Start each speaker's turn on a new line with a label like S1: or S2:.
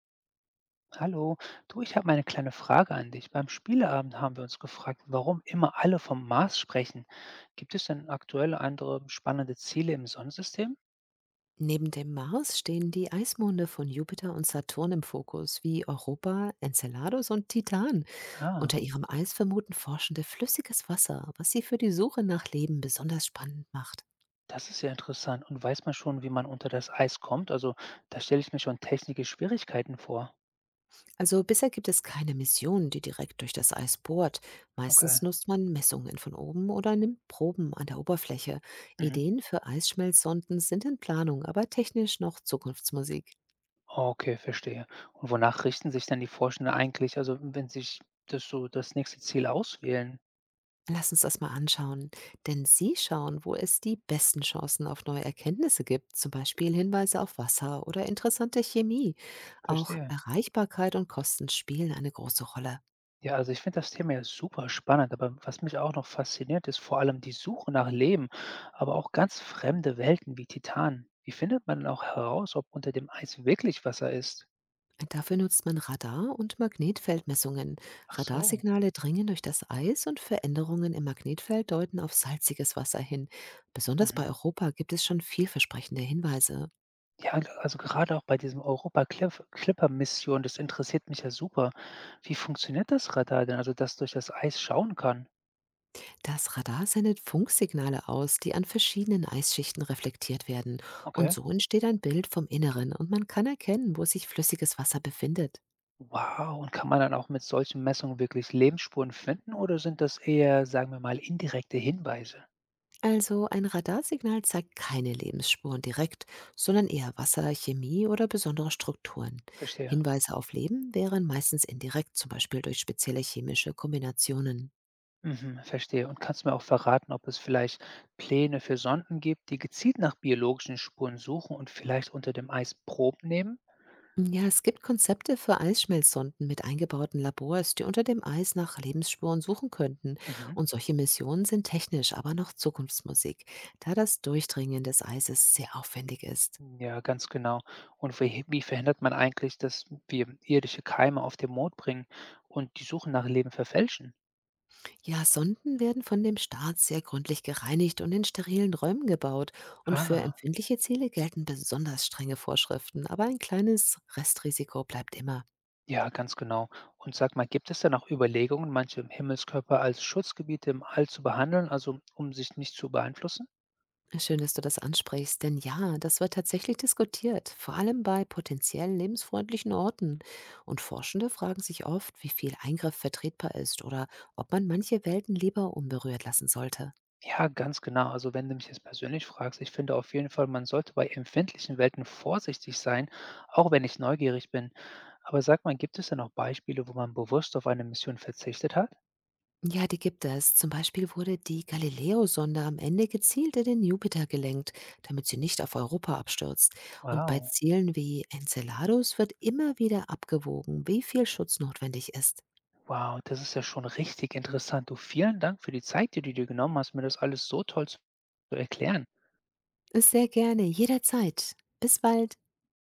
S1: Hallo, du, ich habe mal eine kleine Frage an dich. Beim Spieleabend haben wir uns gefragt, warum immer alle vom Mars sprechen. Gibt es denn aktuell andere spannende Ziele im Sonnensystem?
S2: Neben dem Mars stehen die Eismonde von Jupiter und Saturn im Fokus, wie Europa, Enceladus und Titan. Unter
S1: Ah,
S2: ihrem Eis vermuten Forschende flüssiges Wasser, was sie für die Suche nach Leben besonders spannend macht.
S1: das ist ja interessant. Und weiß man schon, wie man unter das Eis kommt? Also, da stelle ich mir schon technische Schwierigkeiten vor.
S2: Also bisher gibt es keine Mission, die direkt durch das Eis bohrt.
S1: Okay.
S2: Meistens nutzt man Messungen von oben oder nimmt Proben an der Oberfläche.
S1: Mhm.
S2: Ideen für Eisschmelzsonden sind in Planung, aber technisch noch Zukunftsmusik.
S1: Okay, verstehe. Und wonach richten sich dann die Forschenden eigentlich, also wenn sich das nächste Ziel auswählen?
S2: Lass uns das mal anschauen, denn sie schauen, wo es die besten Chancen auf neue Erkenntnisse gibt, zum Beispiel Hinweise auf Wasser oder interessante Chemie. Auch
S1: Verstehe.
S2: Erreichbarkeit und Kosten spielen eine große Rolle.
S1: Ja, also ich finde das Thema ja super spannend, aber was mich auch noch fasziniert, ist vor allem die Suche nach Leben, aber auch ganz fremde Welten wie Titan. Wie findet man denn auch heraus, ob unter dem Eis wirklich Wasser ist?
S2: Dafür nutzt man Radar- und Magnetfeldmessungen.
S1: Ach so.
S2: Radarsignale dringen durch das Eis und Veränderungen im Magnetfeld deuten auf salziges Wasser hin. Besonders bei
S1: Mhm.
S2: Europa gibt es schon vielversprechende Hinweise.
S1: Ja, also gerade auch bei diesem Europa-Clipper-Mission, das interessiert mich ja super. Wie funktioniert das Radar denn, also das durch das Eis schauen kann?
S2: Das Radar sendet Funksignale aus, die an verschiedenen Eisschichten reflektiert werden. Und
S1: Okay.
S2: so entsteht ein Bild vom Inneren und man kann erkennen, wo sich flüssiges Wasser befindet.
S1: Wow, und kann man dann auch mit solchen Messungen wirklich Lebensspuren finden oder sind das eher, sagen wir mal, indirekte Hinweise?
S2: Also ein Radarsignal zeigt keine Lebensspuren direkt, sondern eher Wasser, Chemie oder besondere Strukturen.
S1: Verstehe.
S2: Hinweise auf Leben wären meistens indirekt, zum Beispiel durch spezielle chemische Kombinationen.
S1: Mhm, verstehe. Und kannst du mir auch verraten, ob es vielleicht Pläne für Sonden gibt, die gezielt nach biologischen Spuren suchen und vielleicht unter dem Eis Proben nehmen?
S2: Ja, es gibt Konzepte für Eisschmelzsonden mit eingebauten Labors, die unter dem Eis nach Lebensspuren suchen könnten.
S1: Mhm.
S2: Und solche Missionen sind technisch, aber noch Zukunftsmusik, da das Durchdringen des Eises sehr aufwendig ist.
S1: Ja, ganz genau. Und wie verhindert man eigentlich, dass wir irdische Keime auf den Mond bringen und die Suche nach Leben verfälschen?
S2: Ja, Sonden werden von dem Staat sehr gründlich gereinigt und in sterilen Räumen gebaut. Und für
S1: Ah,
S2: empfindliche Ziele gelten besonders strenge Vorschriften, aber ein kleines Restrisiko bleibt immer.
S1: ja, ganz genau. Und sag mal, gibt es denn auch Überlegungen, manche Himmelskörper als Schutzgebiete im All zu behandeln, also um sich nicht zu beeinflussen?
S2: Schön, dass du das ansprichst, denn ja, das wird tatsächlich diskutiert, vor allem bei potenziell lebensfreundlichen Orten. Und Forschende fragen sich oft, wie viel Eingriff vertretbar ist oder ob man manche Welten lieber unberührt lassen sollte.
S1: Ja, ganz genau. Also wenn du mich jetzt persönlich fragst, ich finde auf jeden Fall, man sollte bei empfindlichen Welten vorsichtig sein, auch wenn ich neugierig bin. Aber sag mal, gibt es denn auch Beispiele, wo man bewusst auf eine Mission verzichtet hat?
S2: Ja, die gibt es. Zum Beispiel wurde die Galileo-Sonde am Ende gezielt in den Jupiter gelenkt, damit sie nicht auf Europa abstürzt. Und bei
S1: Wow.
S2: Zielen wie Enceladus wird immer wieder abgewogen, wie viel Schutz notwendig ist.
S1: Wow, das ist ja schon richtig interessant. Du, vielen Dank für die Zeit, die du dir genommen hast, mir das alles so toll zu erklären.
S2: Sehr gerne, jederzeit. Bis bald.